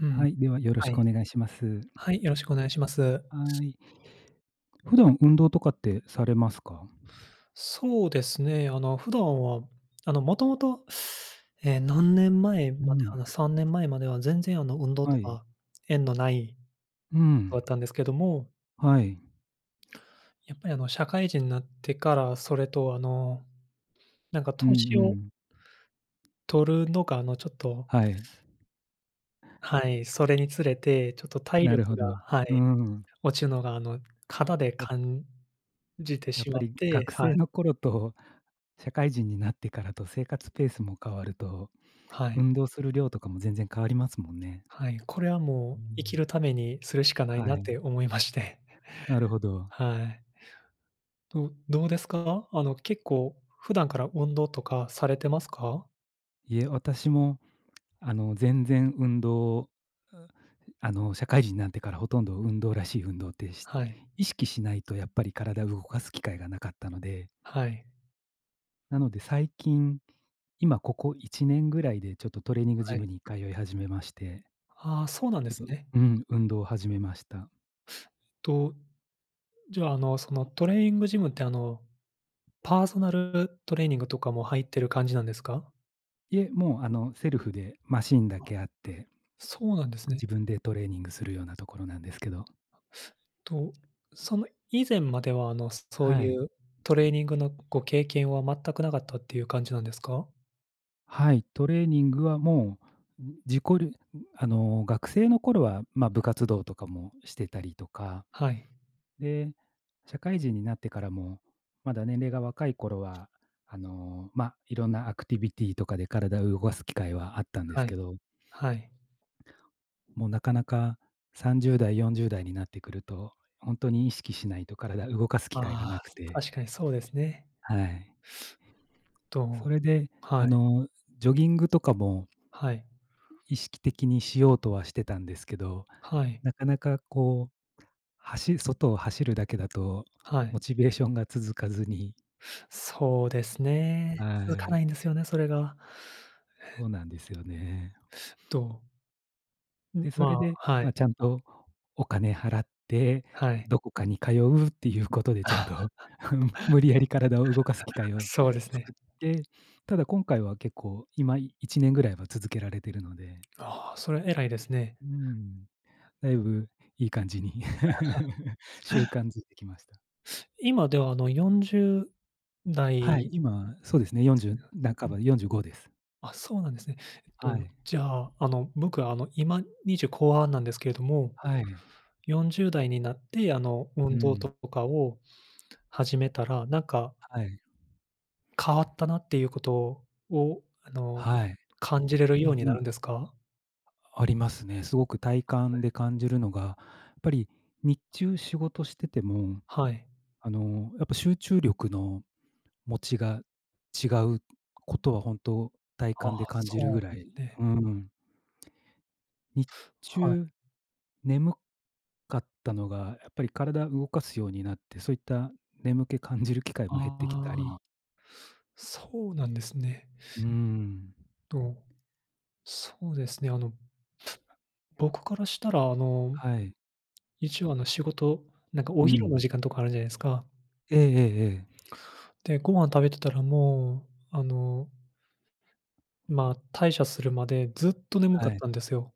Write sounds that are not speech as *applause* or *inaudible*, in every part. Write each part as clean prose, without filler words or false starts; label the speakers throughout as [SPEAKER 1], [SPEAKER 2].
[SPEAKER 1] うん。
[SPEAKER 2] はい、ではよろ
[SPEAKER 1] は
[SPEAKER 2] しくお
[SPEAKER 1] い。
[SPEAKER 2] 願いします。
[SPEAKER 1] はい、よろしくお願いします。
[SPEAKER 2] はい。普段運動とかってされますか？
[SPEAKER 1] そうですね、普段は、もともと、何年前まで、
[SPEAKER 2] うん、
[SPEAKER 1] 3年前までは全然、運動
[SPEAKER 2] は
[SPEAKER 1] と
[SPEAKER 2] い。
[SPEAKER 1] か縁のない
[SPEAKER 2] う
[SPEAKER 1] 人
[SPEAKER 2] ん、
[SPEAKER 1] だったんですけども、
[SPEAKER 2] はい。
[SPEAKER 1] やっぱり、社会人になってから、それと、なんか
[SPEAKER 2] うんう
[SPEAKER 1] 年を
[SPEAKER 2] ん。
[SPEAKER 1] 取るのが、ちょっと、
[SPEAKER 2] はい。
[SPEAKER 1] はい、それにつれて、ちょっと体
[SPEAKER 2] なる
[SPEAKER 1] 力
[SPEAKER 2] ほ
[SPEAKER 1] が、
[SPEAKER 2] ど。
[SPEAKER 1] は
[SPEAKER 2] う
[SPEAKER 1] い、
[SPEAKER 2] ん。
[SPEAKER 1] 落ちるのが、肩で
[SPEAKER 2] や
[SPEAKER 1] 感じて
[SPEAKER 2] やっ
[SPEAKER 1] し
[SPEAKER 2] ぱ
[SPEAKER 1] まっ
[SPEAKER 2] り
[SPEAKER 1] て、
[SPEAKER 2] 学
[SPEAKER 1] はい、
[SPEAKER 2] 生の頃と社会人になってからと生活ペースも変わると、
[SPEAKER 1] はい。
[SPEAKER 2] 運動する量とかも全然変わりますもんね。
[SPEAKER 1] はい、これはも
[SPEAKER 2] う
[SPEAKER 1] う生き
[SPEAKER 2] ん。
[SPEAKER 1] るためにするしかない
[SPEAKER 2] は
[SPEAKER 1] なっ
[SPEAKER 2] い。
[SPEAKER 1] て思いまして。
[SPEAKER 2] なるほど。
[SPEAKER 1] はい。どうですか？結構普段から運動とかされてますか？
[SPEAKER 2] いえ、私も全然運動、う社会人になってからほとんど運動らしい運動ってし
[SPEAKER 1] はい。
[SPEAKER 2] 意識しないとやっぱり体を動かす機会がなかったので、
[SPEAKER 1] はい。
[SPEAKER 2] なので最近、今ここ1年ぐらいでちょっとトレーニング
[SPEAKER 1] は
[SPEAKER 2] ジ
[SPEAKER 1] い。
[SPEAKER 2] ムに通い始めまして、
[SPEAKER 1] ああ、そうなんで
[SPEAKER 2] ち
[SPEAKER 1] す
[SPEAKER 2] ょっと
[SPEAKER 1] ね。
[SPEAKER 2] うん、運動を始めました。
[SPEAKER 1] と、じゃあ、そのトレーニングジムって、パーソナルトレーニングとかも入ってる感じなんですか？
[SPEAKER 2] いえ、もうセルフでマシンだけあって、
[SPEAKER 1] そうなんですね。
[SPEAKER 2] 自分でトレーニングするようなところなんですけど。
[SPEAKER 1] と、その以前までは、そう
[SPEAKER 2] は
[SPEAKER 1] い
[SPEAKER 2] い。
[SPEAKER 1] うトレーニングのご経験は全くなかったっていう感じなんですか？
[SPEAKER 2] はい、トレーニングはもう、ん自己流ん、学生の頃は、まあ、部活動とかもしてたりとか、
[SPEAKER 1] はい。
[SPEAKER 2] で、社会人になってからも、まだ年齢が若い頃は、まあ、いろんなアクティビティとかで体を動かす機会はあったんで
[SPEAKER 1] は
[SPEAKER 2] すけ
[SPEAKER 1] い。
[SPEAKER 2] ど、
[SPEAKER 1] はい。
[SPEAKER 2] もうなかなか30代、40代になってくると、本当に意識しないと体動かす機会が
[SPEAKER 1] あ
[SPEAKER 2] なく
[SPEAKER 1] あ、
[SPEAKER 2] て、
[SPEAKER 1] 確かにそうですね。
[SPEAKER 2] はい。そ
[SPEAKER 1] と
[SPEAKER 2] れで、
[SPEAKER 1] はい、
[SPEAKER 2] ジョギングとかも
[SPEAKER 1] はい、
[SPEAKER 2] 意識的にしようとはしてたんですけど
[SPEAKER 1] はい、
[SPEAKER 2] なかなかこう、外を走るだけだと、
[SPEAKER 1] はい。
[SPEAKER 2] モチベーションが続かずに
[SPEAKER 1] そうですね。
[SPEAKER 2] は
[SPEAKER 1] 続かない
[SPEAKER 2] い、
[SPEAKER 1] んですよね、それが。
[SPEAKER 2] そうなんですよね。
[SPEAKER 1] と、
[SPEAKER 2] で、それ
[SPEAKER 1] ま
[SPEAKER 2] で、
[SPEAKER 1] あ、はい、
[SPEAKER 2] ま、ちゃんとお金払って、
[SPEAKER 1] はい。
[SPEAKER 2] どこかに通うっていうことでちょっと、*laughs* 無理やり体を動かす機会を
[SPEAKER 1] そうですね。
[SPEAKER 2] 作って、ただ今回は結構、今1年ぐらいは続けられてるので、
[SPEAKER 1] ああ、それ偉いですね。
[SPEAKER 2] うん、だいぶいい感じに *laughs* 習慣づいてきました。
[SPEAKER 1] 今では、40
[SPEAKER 2] はい、
[SPEAKER 1] 代。
[SPEAKER 2] 今、そうですね、40半ば、45です。
[SPEAKER 1] あ、そうなんですね。えっ
[SPEAKER 2] は
[SPEAKER 1] と、
[SPEAKER 2] い。
[SPEAKER 1] じゃあ、僕は今20後半なんですけれども、
[SPEAKER 2] はい。
[SPEAKER 1] 40代になって、
[SPEAKER 2] う
[SPEAKER 1] 運動と
[SPEAKER 2] ん。
[SPEAKER 1] かを始めたら、なんか
[SPEAKER 2] はい。
[SPEAKER 1] 変わったなっていうことを、
[SPEAKER 2] はい。
[SPEAKER 1] 感じれる
[SPEAKER 2] う
[SPEAKER 1] よ
[SPEAKER 2] ん
[SPEAKER 1] うにな
[SPEAKER 2] うん。
[SPEAKER 1] るんですか？
[SPEAKER 2] ありますね。すごく体感で感じるのが、やっぱり日中仕事してても、
[SPEAKER 1] はい。
[SPEAKER 2] やっぱ集中力の持ちが違うことは本当体
[SPEAKER 1] ああ、
[SPEAKER 2] 感で感じる
[SPEAKER 1] そ
[SPEAKER 2] ぐ
[SPEAKER 1] う
[SPEAKER 2] ら
[SPEAKER 1] で
[SPEAKER 2] い、
[SPEAKER 1] すね。
[SPEAKER 2] うん。日
[SPEAKER 1] はい。
[SPEAKER 2] 中、眠かったのが、やっぱり体動かすようになって、そういった眠気感じる機会も減ってきた
[SPEAKER 1] ああ、
[SPEAKER 2] り、
[SPEAKER 1] そうなんですね。
[SPEAKER 2] うん。
[SPEAKER 1] と、そうですね、僕からしたら、
[SPEAKER 2] はい。
[SPEAKER 1] 一応、仕事、なんか
[SPEAKER 2] う
[SPEAKER 1] お昼の
[SPEAKER 2] ん。
[SPEAKER 1] 時間とかあるじゃないですか。
[SPEAKER 2] ええええええ。
[SPEAKER 1] で、ご飯食べてたらもう、まあ、退社するまでずっと眠かっ
[SPEAKER 2] はい。
[SPEAKER 1] たんですよ。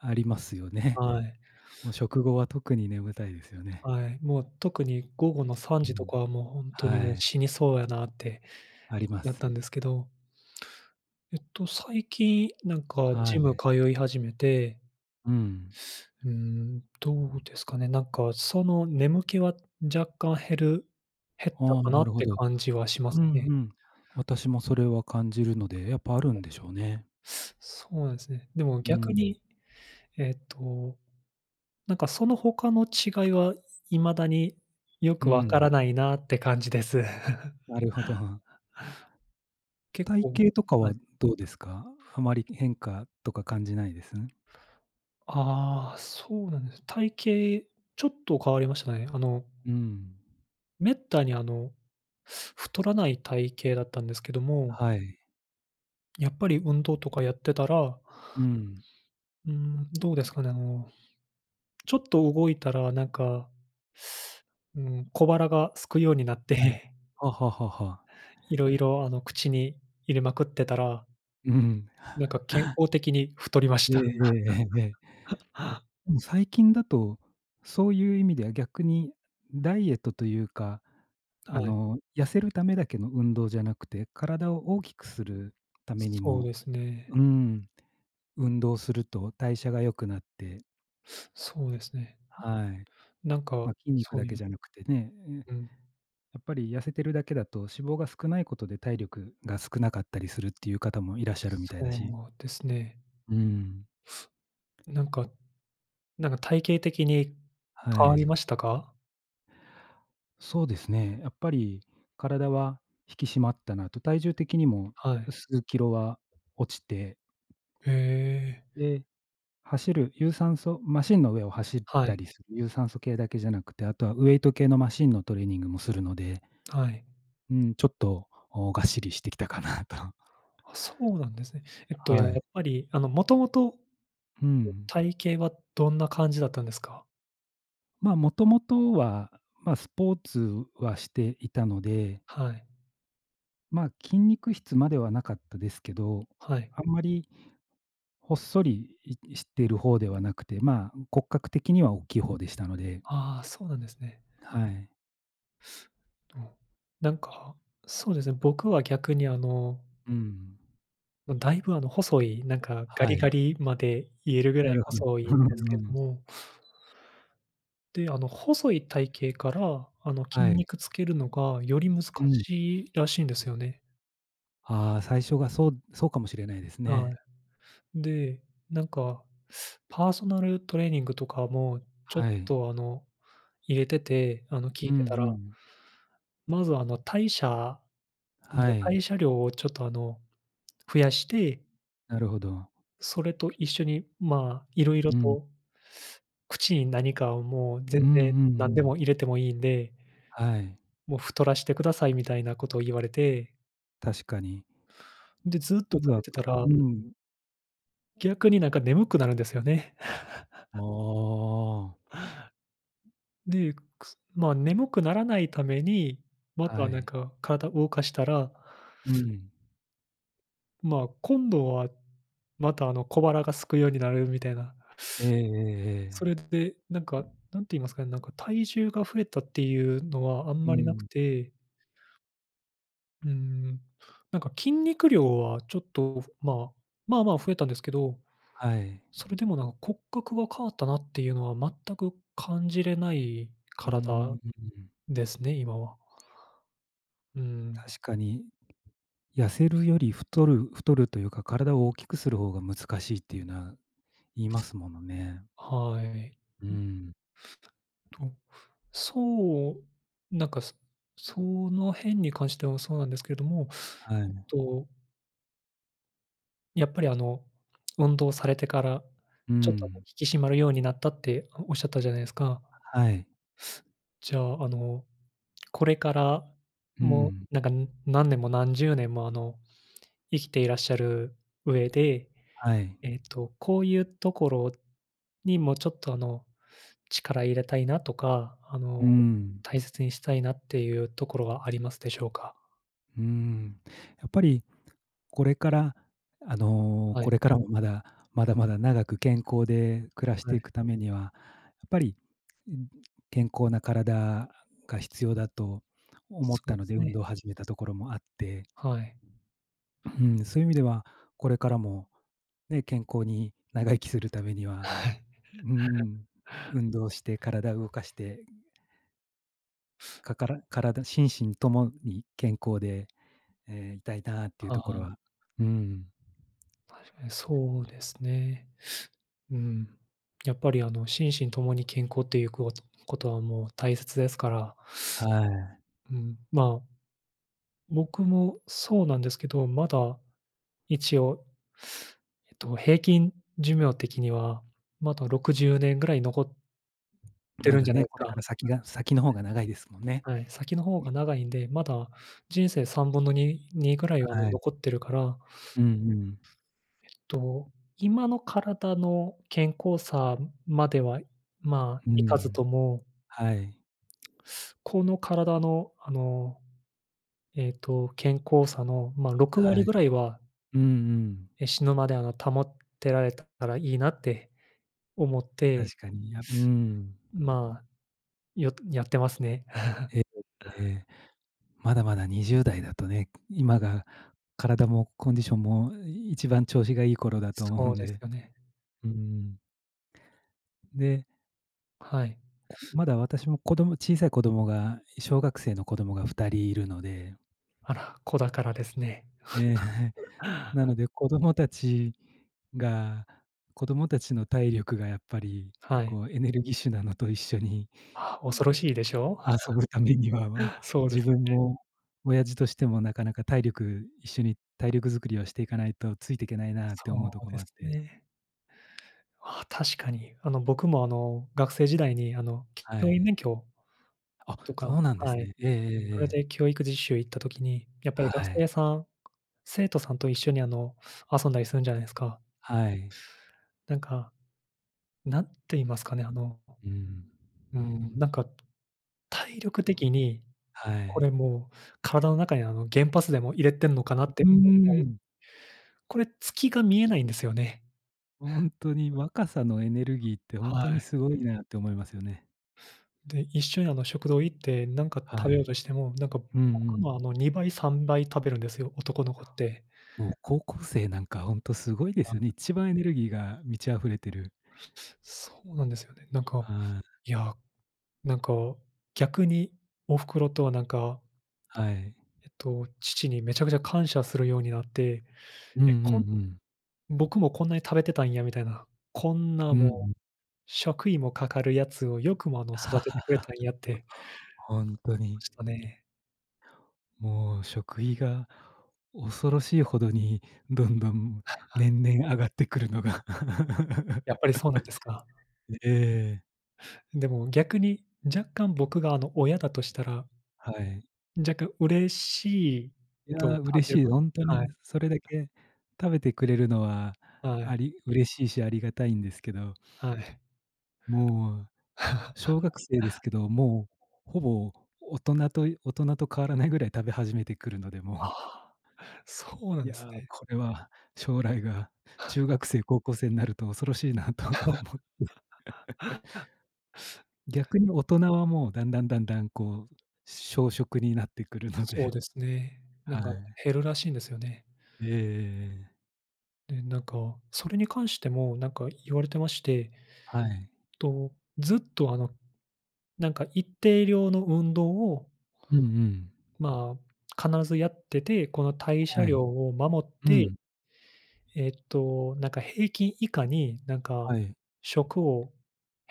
[SPEAKER 2] ありますよね。
[SPEAKER 1] は
[SPEAKER 2] *laughs*
[SPEAKER 1] い。
[SPEAKER 2] もう食後は特に眠たいですよね。
[SPEAKER 1] はい。もう特に午後の3
[SPEAKER 2] う
[SPEAKER 1] 時と
[SPEAKER 2] ん。
[SPEAKER 1] かはもう本当に
[SPEAKER 2] は
[SPEAKER 1] もう
[SPEAKER 2] い、
[SPEAKER 1] 死にそうやなって、
[SPEAKER 2] ありま
[SPEAKER 1] だっ
[SPEAKER 2] す。
[SPEAKER 1] たんですけど、最近なんか
[SPEAKER 2] は
[SPEAKER 1] ジム
[SPEAKER 2] い。
[SPEAKER 1] 通い始めて、
[SPEAKER 2] うん。
[SPEAKER 1] どうですかね、なんかその眠気は若干減った
[SPEAKER 2] あ
[SPEAKER 1] か
[SPEAKER 2] あ、
[SPEAKER 1] な
[SPEAKER 2] な
[SPEAKER 1] っ
[SPEAKER 2] るほ
[SPEAKER 1] て
[SPEAKER 2] ど。
[SPEAKER 1] 感じはしま
[SPEAKER 2] う
[SPEAKER 1] す
[SPEAKER 2] ん
[SPEAKER 1] ね。
[SPEAKER 2] うん。私もそれは感じるので、やっぱあるんでしょうね。
[SPEAKER 1] そうなんですね。でも
[SPEAKER 2] う
[SPEAKER 1] 逆
[SPEAKER 2] ん。
[SPEAKER 1] に、えっと、なんかその他の違いは未だによ
[SPEAKER 2] う
[SPEAKER 1] くわか
[SPEAKER 2] ん。
[SPEAKER 1] らないなって感じです。*laughs*
[SPEAKER 2] なるほど。
[SPEAKER 1] 結
[SPEAKER 2] 体
[SPEAKER 1] 構。
[SPEAKER 2] 型とか
[SPEAKER 1] はい。
[SPEAKER 2] はどうですか？あまり変化とか感じないです？ね
[SPEAKER 1] ああ、そうなんです。体型ちょっと変わりましたね。
[SPEAKER 2] うん。
[SPEAKER 1] めったに、太らない体型だったんですけども、
[SPEAKER 2] はい。
[SPEAKER 1] やっぱり運動とかやってたら、
[SPEAKER 2] うん。
[SPEAKER 1] どうですかね、ちょっと動いたらなんか、うん、小腹が空くようになっ
[SPEAKER 2] はい。
[SPEAKER 1] て、
[SPEAKER 2] はははは。
[SPEAKER 1] *laughs* いろいろ、口に入れまくってたら、
[SPEAKER 2] うん。
[SPEAKER 1] なんか健康的に太りまし
[SPEAKER 2] えええ
[SPEAKER 1] た。
[SPEAKER 2] えええええ。
[SPEAKER 1] *laughs*
[SPEAKER 2] でも最近だと、そういう意味では逆にダイエットというか、
[SPEAKER 1] はい。
[SPEAKER 2] 痩せるためだけの運動じゃなくて、体を大きくするために
[SPEAKER 1] そう
[SPEAKER 2] も、
[SPEAKER 1] ですね。
[SPEAKER 2] うん、運動すると代謝が良くなって、
[SPEAKER 1] そうですね。
[SPEAKER 2] はい。
[SPEAKER 1] なんか、
[SPEAKER 2] ま、筋肉
[SPEAKER 1] そ
[SPEAKER 2] だ
[SPEAKER 1] うい
[SPEAKER 2] け
[SPEAKER 1] う、
[SPEAKER 2] じゃなくてね、え
[SPEAKER 1] うん、
[SPEAKER 2] やっぱり痩せてるだけだと脂肪が少ないことで体力が少なかったりするっていう方もいらっしゃるみたいだし。
[SPEAKER 1] そうですね。
[SPEAKER 2] うん、
[SPEAKER 1] なんか、体型的に
[SPEAKER 2] は
[SPEAKER 1] 変わり
[SPEAKER 2] い。
[SPEAKER 1] ましたか？
[SPEAKER 2] そうですね。やっぱり体は引き締まったなと、体重的にも
[SPEAKER 1] はい。
[SPEAKER 2] 数キロは落ちて、
[SPEAKER 1] へえ。
[SPEAKER 2] で、有酸素マシンの上を走っ
[SPEAKER 1] は
[SPEAKER 2] た
[SPEAKER 1] い、
[SPEAKER 2] りする有酸素系だけじゃなくて、あとはウエイト系のマシンのトレーニングもするので、
[SPEAKER 1] はい。
[SPEAKER 2] うん、ちょっと、お、がっしりしてきたかなと。*laughs*
[SPEAKER 1] あ、そうなんですね。
[SPEAKER 2] は
[SPEAKER 1] やっ
[SPEAKER 2] い。
[SPEAKER 1] ぱり、もともと
[SPEAKER 2] うん。
[SPEAKER 1] 体型はどんな感じだったんですか？
[SPEAKER 2] まあ、もともとは、まあ、スポーツはしていたので、
[SPEAKER 1] はい、
[SPEAKER 2] まあ、筋肉質まではなかったですけど、
[SPEAKER 1] はい。
[SPEAKER 2] あんまりほっそり、い知っている方ではなくて、まあ、骨格的には大きい方でしたので、
[SPEAKER 1] ああ、そうなんですね。
[SPEAKER 2] はい。
[SPEAKER 1] うん。なんか、そうですね、僕は逆に、
[SPEAKER 2] うん。
[SPEAKER 1] ま、だいぶ、細い、なんかガ
[SPEAKER 2] は
[SPEAKER 1] リガ
[SPEAKER 2] い、
[SPEAKER 1] リまで言えるぐら
[SPEAKER 2] な
[SPEAKER 1] い
[SPEAKER 2] るほど。
[SPEAKER 1] 細いんで
[SPEAKER 2] *laughs* う
[SPEAKER 1] す
[SPEAKER 2] ん
[SPEAKER 1] け
[SPEAKER 2] う
[SPEAKER 1] ど
[SPEAKER 2] ん。
[SPEAKER 1] も、で、細い体型から、筋
[SPEAKER 2] はい。
[SPEAKER 1] 肉つけるのがより難
[SPEAKER 2] うん。
[SPEAKER 1] しいらしいんですよね。
[SPEAKER 2] ああ、最初がそうそうかもしれないです
[SPEAKER 1] は
[SPEAKER 2] ね。
[SPEAKER 1] い。で、なんかパーソナルトレーニングとかも、ちょっ
[SPEAKER 2] はい。
[SPEAKER 1] と、入れてて、聞い
[SPEAKER 2] うんう
[SPEAKER 1] てたら、
[SPEAKER 2] ん。
[SPEAKER 1] まず、なんか
[SPEAKER 2] はい、
[SPEAKER 1] 代謝量をちょっと、増やして、
[SPEAKER 2] なるほど。
[SPEAKER 1] それと一緒に、まあ、色々
[SPEAKER 2] うん。
[SPEAKER 1] と口に何かをもう全
[SPEAKER 2] うんう
[SPEAKER 1] 然
[SPEAKER 2] んう
[SPEAKER 1] 何でも入
[SPEAKER 2] ん。
[SPEAKER 1] れてもいいんで、
[SPEAKER 2] はい、
[SPEAKER 1] もう太らしてくださいみたいなことを言われて、
[SPEAKER 2] 確かに。
[SPEAKER 1] で、ずっと
[SPEAKER 2] ま
[SPEAKER 1] 食
[SPEAKER 2] ず
[SPEAKER 1] べ
[SPEAKER 2] は
[SPEAKER 1] てた
[SPEAKER 2] から
[SPEAKER 1] ら、
[SPEAKER 2] うん。
[SPEAKER 1] 逆になんか眠くなるんですよね。
[SPEAKER 2] ああ、
[SPEAKER 1] で、まあ、眠くならないために、ま
[SPEAKER 2] は
[SPEAKER 1] たなん
[SPEAKER 2] い。
[SPEAKER 1] か体動かしたら、
[SPEAKER 2] うん。
[SPEAKER 1] まあ、今度は、また、小腹が空くようになるみたいな。
[SPEAKER 2] ええええ
[SPEAKER 1] そ
[SPEAKER 2] え
[SPEAKER 1] れ
[SPEAKER 2] え。
[SPEAKER 1] で、なんか、なんて言いますかね、なんか体重が増えたっていうのはあん
[SPEAKER 2] う
[SPEAKER 1] まりなく
[SPEAKER 2] ん。
[SPEAKER 1] て、うーん、なんか筋肉量はちょっと、まあ、まあまあ増えたんですけど、
[SPEAKER 2] はい。
[SPEAKER 1] それでもなんか骨格が変わったなっていうのは全く感じれない
[SPEAKER 2] うー
[SPEAKER 1] 体
[SPEAKER 2] ん。
[SPEAKER 1] ですね、今は。うん。
[SPEAKER 2] 確かに痩せるより太るというか、体を大きくする方が難しいっていうのは言いますものね。
[SPEAKER 1] はい。
[SPEAKER 2] うん。
[SPEAKER 1] と、そう、なんか、その辺に関してはそうなんですけれども、
[SPEAKER 2] は
[SPEAKER 1] えっ
[SPEAKER 2] い。
[SPEAKER 1] と、やっぱり、運動されてから、
[SPEAKER 2] う
[SPEAKER 1] ちょっと、
[SPEAKER 2] ん。
[SPEAKER 1] 引き締まるようになったっておっしゃったじゃないですか。
[SPEAKER 2] はい。
[SPEAKER 1] じゃあ、これから、
[SPEAKER 2] う
[SPEAKER 1] もう、
[SPEAKER 2] ん。
[SPEAKER 1] なんか、何年も何十年も、生きていらっしゃる上で、
[SPEAKER 2] はい。
[SPEAKER 1] こういうところにもちょっと、力入れたいなとか、
[SPEAKER 2] うん。
[SPEAKER 1] 大切にしたいなっていうところはありますでしょうか？
[SPEAKER 2] うん。やっぱりこれから、
[SPEAKER 1] は
[SPEAKER 2] こ
[SPEAKER 1] い、
[SPEAKER 2] れからもまだ、まだまだ長く健康で暮らし
[SPEAKER 1] は
[SPEAKER 2] てい
[SPEAKER 1] い。
[SPEAKER 2] くためには、やっぱり、ん、健康な体が必要だと思っ
[SPEAKER 1] そう
[SPEAKER 2] た
[SPEAKER 1] で
[SPEAKER 2] の
[SPEAKER 1] す
[SPEAKER 2] で、運
[SPEAKER 1] ね。
[SPEAKER 2] 動を始めたところもあって
[SPEAKER 1] はい。
[SPEAKER 2] うん、そういう意味では、これからも、ね、健康に長生きするためには、
[SPEAKER 1] はい。
[SPEAKER 2] うんうん、運動して体動かして、かから体身ともに健康で、え、いたいなっていう
[SPEAKER 1] あ
[SPEAKER 2] とこ
[SPEAKER 1] あ、
[SPEAKER 2] ろは、うん、
[SPEAKER 1] そうですね。うん。やっぱり、心身ともに健康っていうことはもう大切ですから、
[SPEAKER 2] はい。
[SPEAKER 1] うん、まあ、僕もそうなんですけど、まだ一応、平均寿命的には、まだ60年ぐらい残って
[SPEAKER 2] ま
[SPEAKER 1] るんじ
[SPEAKER 2] だ
[SPEAKER 1] ゃない
[SPEAKER 2] ね、
[SPEAKER 1] です
[SPEAKER 2] これ
[SPEAKER 1] か。
[SPEAKER 2] から先が先の方が長いですもんね。
[SPEAKER 1] はい。先の方が長いんで、まだ人生3分の2ぐらいは、
[SPEAKER 2] はい。
[SPEAKER 1] 残ってるから、
[SPEAKER 2] うんうん。
[SPEAKER 1] と、今の体の健康さまでは、まあ、
[SPEAKER 2] う
[SPEAKER 1] いかずと
[SPEAKER 2] ん。
[SPEAKER 1] も、
[SPEAKER 2] はい。
[SPEAKER 1] この体の、健康さの、まあ、6
[SPEAKER 2] は
[SPEAKER 1] 割
[SPEAKER 2] い。
[SPEAKER 1] ぐらいは、
[SPEAKER 2] うんうん。
[SPEAKER 1] 死ぬまで、保ってられたらいいなって思って、
[SPEAKER 2] 確かに、やうん。
[SPEAKER 1] まあ、やってますね。
[SPEAKER 2] ええええ。まだまだ20代だとね、今が体もコンディションも一番調子がいい頃だと思う
[SPEAKER 1] そう
[SPEAKER 2] ん
[SPEAKER 1] です
[SPEAKER 2] で。
[SPEAKER 1] よね。
[SPEAKER 2] うん。で、
[SPEAKER 1] はい。
[SPEAKER 2] こまだ私も小さい子供が、小学生の子供が2人いるので、
[SPEAKER 1] あら、子だからですね。
[SPEAKER 2] ええ、*laughs* なのでが子供たちの体力がやっぱり、
[SPEAKER 1] はい。
[SPEAKER 2] こうエネルギッシュなのと一緒に
[SPEAKER 1] あ、恐ろしいでしょ？
[SPEAKER 2] 遊ぶためには、もう
[SPEAKER 1] そうで
[SPEAKER 2] 自分
[SPEAKER 1] す。
[SPEAKER 2] も親父としてもなかなか一緒に体力作りをしていかないとついていけないなっ
[SPEAKER 1] そ
[SPEAKER 2] て思うと
[SPEAKER 1] う
[SPEAKER 2] こ
[SPEAKER 1] で
[SPEAKER 2] もあっ
[SPEAKER 1] す
[SPEAKER 2] て。
[SPEAKER 1] ね。ああ、確かに。僕も、学生時代に、
[SPEAKER 2] は
[SPEAKER 1] 教
[SPEAKER 2] い。
[SPEAKER 1] 員免許
[SPEAKER 2] あ、
[SPEAKER 1] とか、
[SPEAKER 2] そうなんで
[SPEAKER 1] は
[SPEAKER 2] す
[SPEAKER 1] い、
[SPEAKER 2] ね。ええええ
[SPEAKER 1] それ
[SPEAKER 2] え
[SPEAKER 1] で
[SPEAKER 2] え。
[SPEAKER 1] 教育実習行った時に、やっぱり学
[SPEAKER 2] は
[SPEAKER 1] 生
[SPEAKER 2] い。
[SPEAKER 1] さん生徒さんと一緒に、遊んだりするんじゃないですか。
[SPEAKER 2] はい。
[SPEAKER 1] なんか、何て言いますかね、
[SPEAKER 2] うん。
[SPEAKER 1] うん、なんか体力的に、
[SPEAKER 2] は
[SPEAKER 1] これ
[SPEAKER 2] い。
[SPEAKER 1] もう体の中に、原発でも入れてんのかなって、
[SPEAKER 2] うーん。
[SPEAKER 1] これ月が見えないんですよね。
[SPEAKER 2] ほんとに若さのエネルギーってほ
[SPEAKER 1] は
[SPEAKER 2] んとに
[SPEAKER 1] い。
[SPEAKER 2] すごいなって思いますよね。
[SPEAKER 1] で、一緒に、食堂行ってなんか食
[SPEAKER 2] は
[SPEAKER 1] べよ
[SPEAKER 2] い。
[SPEAKER 1] うとしても、なんか
[SPEAKER 2] うんう
[SPEAKER 1] 僕の、
[SPEAKER 2] ん。
[SPEAKER 1] 2倍、3倍食べるんですよ、男の子って。
[SPEAKER 2] もう高校生なんかほんとすごいですよね。
[SPEAKER 1] あ、
[SPEAKER 2] 一番エネルギーが満ち溢れてる。
[SPEAKER 1] そうなんですよね。なんか、
[SPEAKER 2] はい。
[SPEAKER 1] いや、なんか、逆にお袋とはなんか、
[SPEAKER 2] はい。
[SPEAKER 1] 父にめちゃくちゃ感謝するようになって、
[SPEAKER 2] うんう
[SPEAKER 1] え、
[SPEAKER 2] んう
[SPEAKER 1] こ
[SPEAKER 2] ん。
[SPEAKER 1] 僕もこんなに食べてたんやみたいな、こんな
[SPEAKER 2] うん
[SPEAKER 1] も
[SPEAKER 2] う
[SPEAKER 1] う
[SPEAKER 2] ん。
[SPEAKER 1] 食費もかかるやつをよくも、育ててくれたんやって
[SPEAKER 2] ほんと
[SPEAKER 1] ま
[SPEAKER 2] に。
[SPEAKER 1] したね。
[SPEAKER 2] もう食費が恐ろしいほどにどんどん年々上がってくるのが。
[SPEAKER 1] やっぱりそうなんですか。
[SPEAKER 2] ええ、
[SPEAKER 1] でも逆に若干僕が、親だとしたら、
[SPEAKER 2] はい。
[SPEAKER 1] 若干嬉しい
[SPEAKER 2] い
[SPEAKER 1] と
[SPEAKER 2] や、
[SPEAKER 1] 感
[SPEAKER 2] 嬉
[SPEAKER 1] じる
[SPEAKER 2] しい、
[SPEAKER 1] かも。
[SPEAKER 2] ほんと
[SPEAKER 1] はい、
[SPEAKER 2] にそれだけ食べてくれるのは、
[SPEAKER 1] は
[SPEAKER 2] あ
[SPEAKER 1] い、
[SPEAKER 2] り嬉しいし、ありがたいんですけど、
[SPEAKER 1] はい。
[SPEAKER 2] もう小学
[SPEAKER 1] *laughs*
[SPEAKER 2] 生ですけど、もうほぼ大人と変わらないぐらい食べ始めてくるので、もう、
[SPEAKER 1] ああ、そうなん
[SPEAKER 2] い
[SPEAKER 1] で
[SPEAKER 2] や、
[SPEAKER 1] すね。
[SPEAKER 2] これは将来が中学生、高校生になると恐ろしいなと思う。逆に大人はもうだんだんだんだんこう、小食になってくるの
[SPEAKER 1] そう
[SPEAKER 2] で、
[SPEAKER 1] ですね。なん
[SPEAKER 2] は
[SPEAKER 1] か
[SPEAKER 2] い。
[SPEAKER 1] 減るらしいんですよね。
[SPEAKER 2] ええええええ。
[SPEAKER 1] で、なんか、それに関してもなんか言われてまして、
[SPEAKER 2] はい。
[SPEAKER 1] と、ずっと、なんか一定量の運動を、
[SPEAKER 2] うんうん。
[SPEAKER 1] まあ、必ずやってて、この代謝
[SPEAKER 2] はい。
[SPEAKER 1] 量を守っ
[SPEAKER 2] う
[SPEAKER 1] て、
[SPEAKER 2] ん、
[SPEAKER 1] なんか平均以下に、なん
[SPEAKER 2] は
[SPEAKER 1] か
[SPEAKER 2] い、
[SPEAKER 1] 食を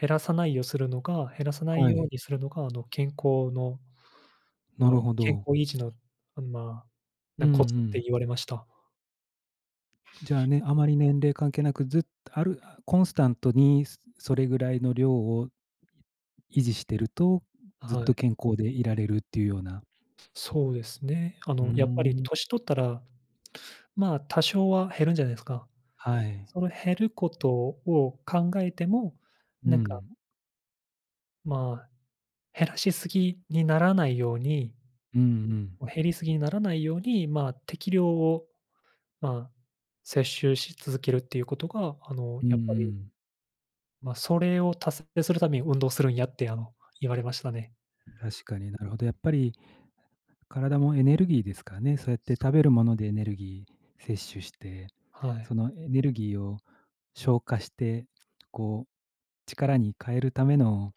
[SPEAKER 1] 減らさない
[SPEAKER 2] は
[SPEAKER 1] よう
[SPEAKER 2] い、
[SPEAKER 1] にするのが、健康の、
[SPEAKER 2] な
[SPEAKER 1] まあ、
[SPEAKER 2] るほ
[SPEAKER 1] 健
[SPEAKER 2] ど。
[SPEAKER 1] 康維持の、まあ、
[SPEAKER 2] うんう
[SPEAKER 1] コツって
[SPEAKER 2] ん。
[SPEAKER 1] 言われました。
[SPEAKER 2] じゃあね、あまり年齢関係なく、ずっあるあ、コンスタントにすそれぐらいの量を維持してると、ずっ
[SPEAKER 1] はい。
[SPEAKER 2] と健康でいられるっていうような。
[SPEAKER 1] そうですね。
[SPEAKER 2] うー
[SPEAKER 1] やっぱり
[SPEAKER 2] ん、
[SPEAKER 1] 年取ったら、まあ、多少は減るんじゃないですか。
[SPEAKER 2] はい。
[SPEAKER 1] その減ることを考えても、
[SPEAKER 2] う
[SPEAKER 1] なんか、
[SPEAKER 2] ん。
[SPEAKER 1] まあ、減らしすぎにならないように、
[SPEAKER 2] うんうん。
[SPEAKER 1] 減りすぎにならないように、まあ、適量を、まあ、摂取し続けるっていうことが、
[SPEAKER 2] うんう
[SPEAKER 1] やっぱり、
[SPEAKER 2] ん。
[SPEAKER 1] まあ、それを達成するために運動するんやって、言われましたね。
[SPEAKER 2] 確かに、なるほど。やっぱり体もエネルギーですからね、そうやって
[SPEAKER 1] そ
[SPEAKER 2] 食
[SPEAKER 1] う、
[SPEAKER 2] べるものでエネルギー摂取して、
[SPEAKER 1] はい、
[SPEAKER 2] そのエネルギーを消化して、こう力に変えるための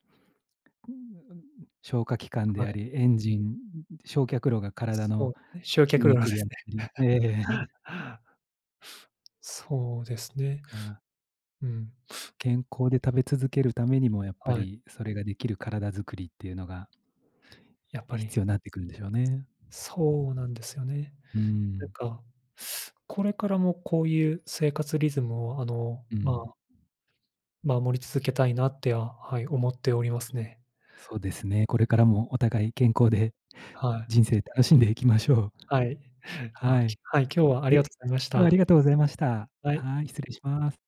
[SPEAKER 2] 消化器官
[SPEAKER 1] は
[SPEAKER 2] であ
[SPEAKER 1] い。
[SPEAKER 2] り、エンジン、焼却炉が体
[SPEAKER 1] そ
[SPEAKER 2] の
[SPEAKER 1] う、ね、集
[SPEAKER 2] 筋
[SPEAKER 1] 客量で
[SPEAKER 2] 肉であ
[SPEAKER 1] す
[SPEAKER 2] った
[SPEAKER 1] ね。
[SPEAKER 2] りええ、*laughs*
[SPEAKER 1] *laughs* そうですね。
[SPEAKER 2] から、
[SPEAKER 1] うん、
[SPEAKER 2] 健康で食べ続けるためにもやっぱ
[SPEAKER 1] はい、
[SPEAKER 2] り、それができる体づくりっていうのが
[SPEAKER 1] やっぱり、
[SPEAKER 2] 必要になってくるんでしょうね。
[SPEAKER 1] そうなんですよね。
[SPEAKER 2] う
[SPEAKER 1] なん
[SPEAKER 2] ん、
[SPEAKER 1] か、これからもこういう生活リズムを、
[SPEAKER 2] う
[SPEAKER 1] ま
[SPEAKER 2] ん、
[SPEAKER 1] あ守り続けたいなっては、はい、思っておりますね。
[SPEAKER 2] そうですね。これからもお互い健康で
[SPEAKER 1] はい。
[SPEAKER 2] 人生楽しんでいきましょう。
[SPEAKER 1] はい。あ、
[SPEAKER 2] はい。
[SPEAKER 1] はい、今日はあり
[SPEAKER 2] え、
[SPEAKER 1] が
[SPEAKER 2] 今
[SPEAKER 1] とうございまし
[SPEAKER 2] 日はあ
[SPEAKER 1] た。
[SPEAKER 2] りがとうございました。
[SPEAKER 1] はい。
[SPEAKER 2] はい、失礼します。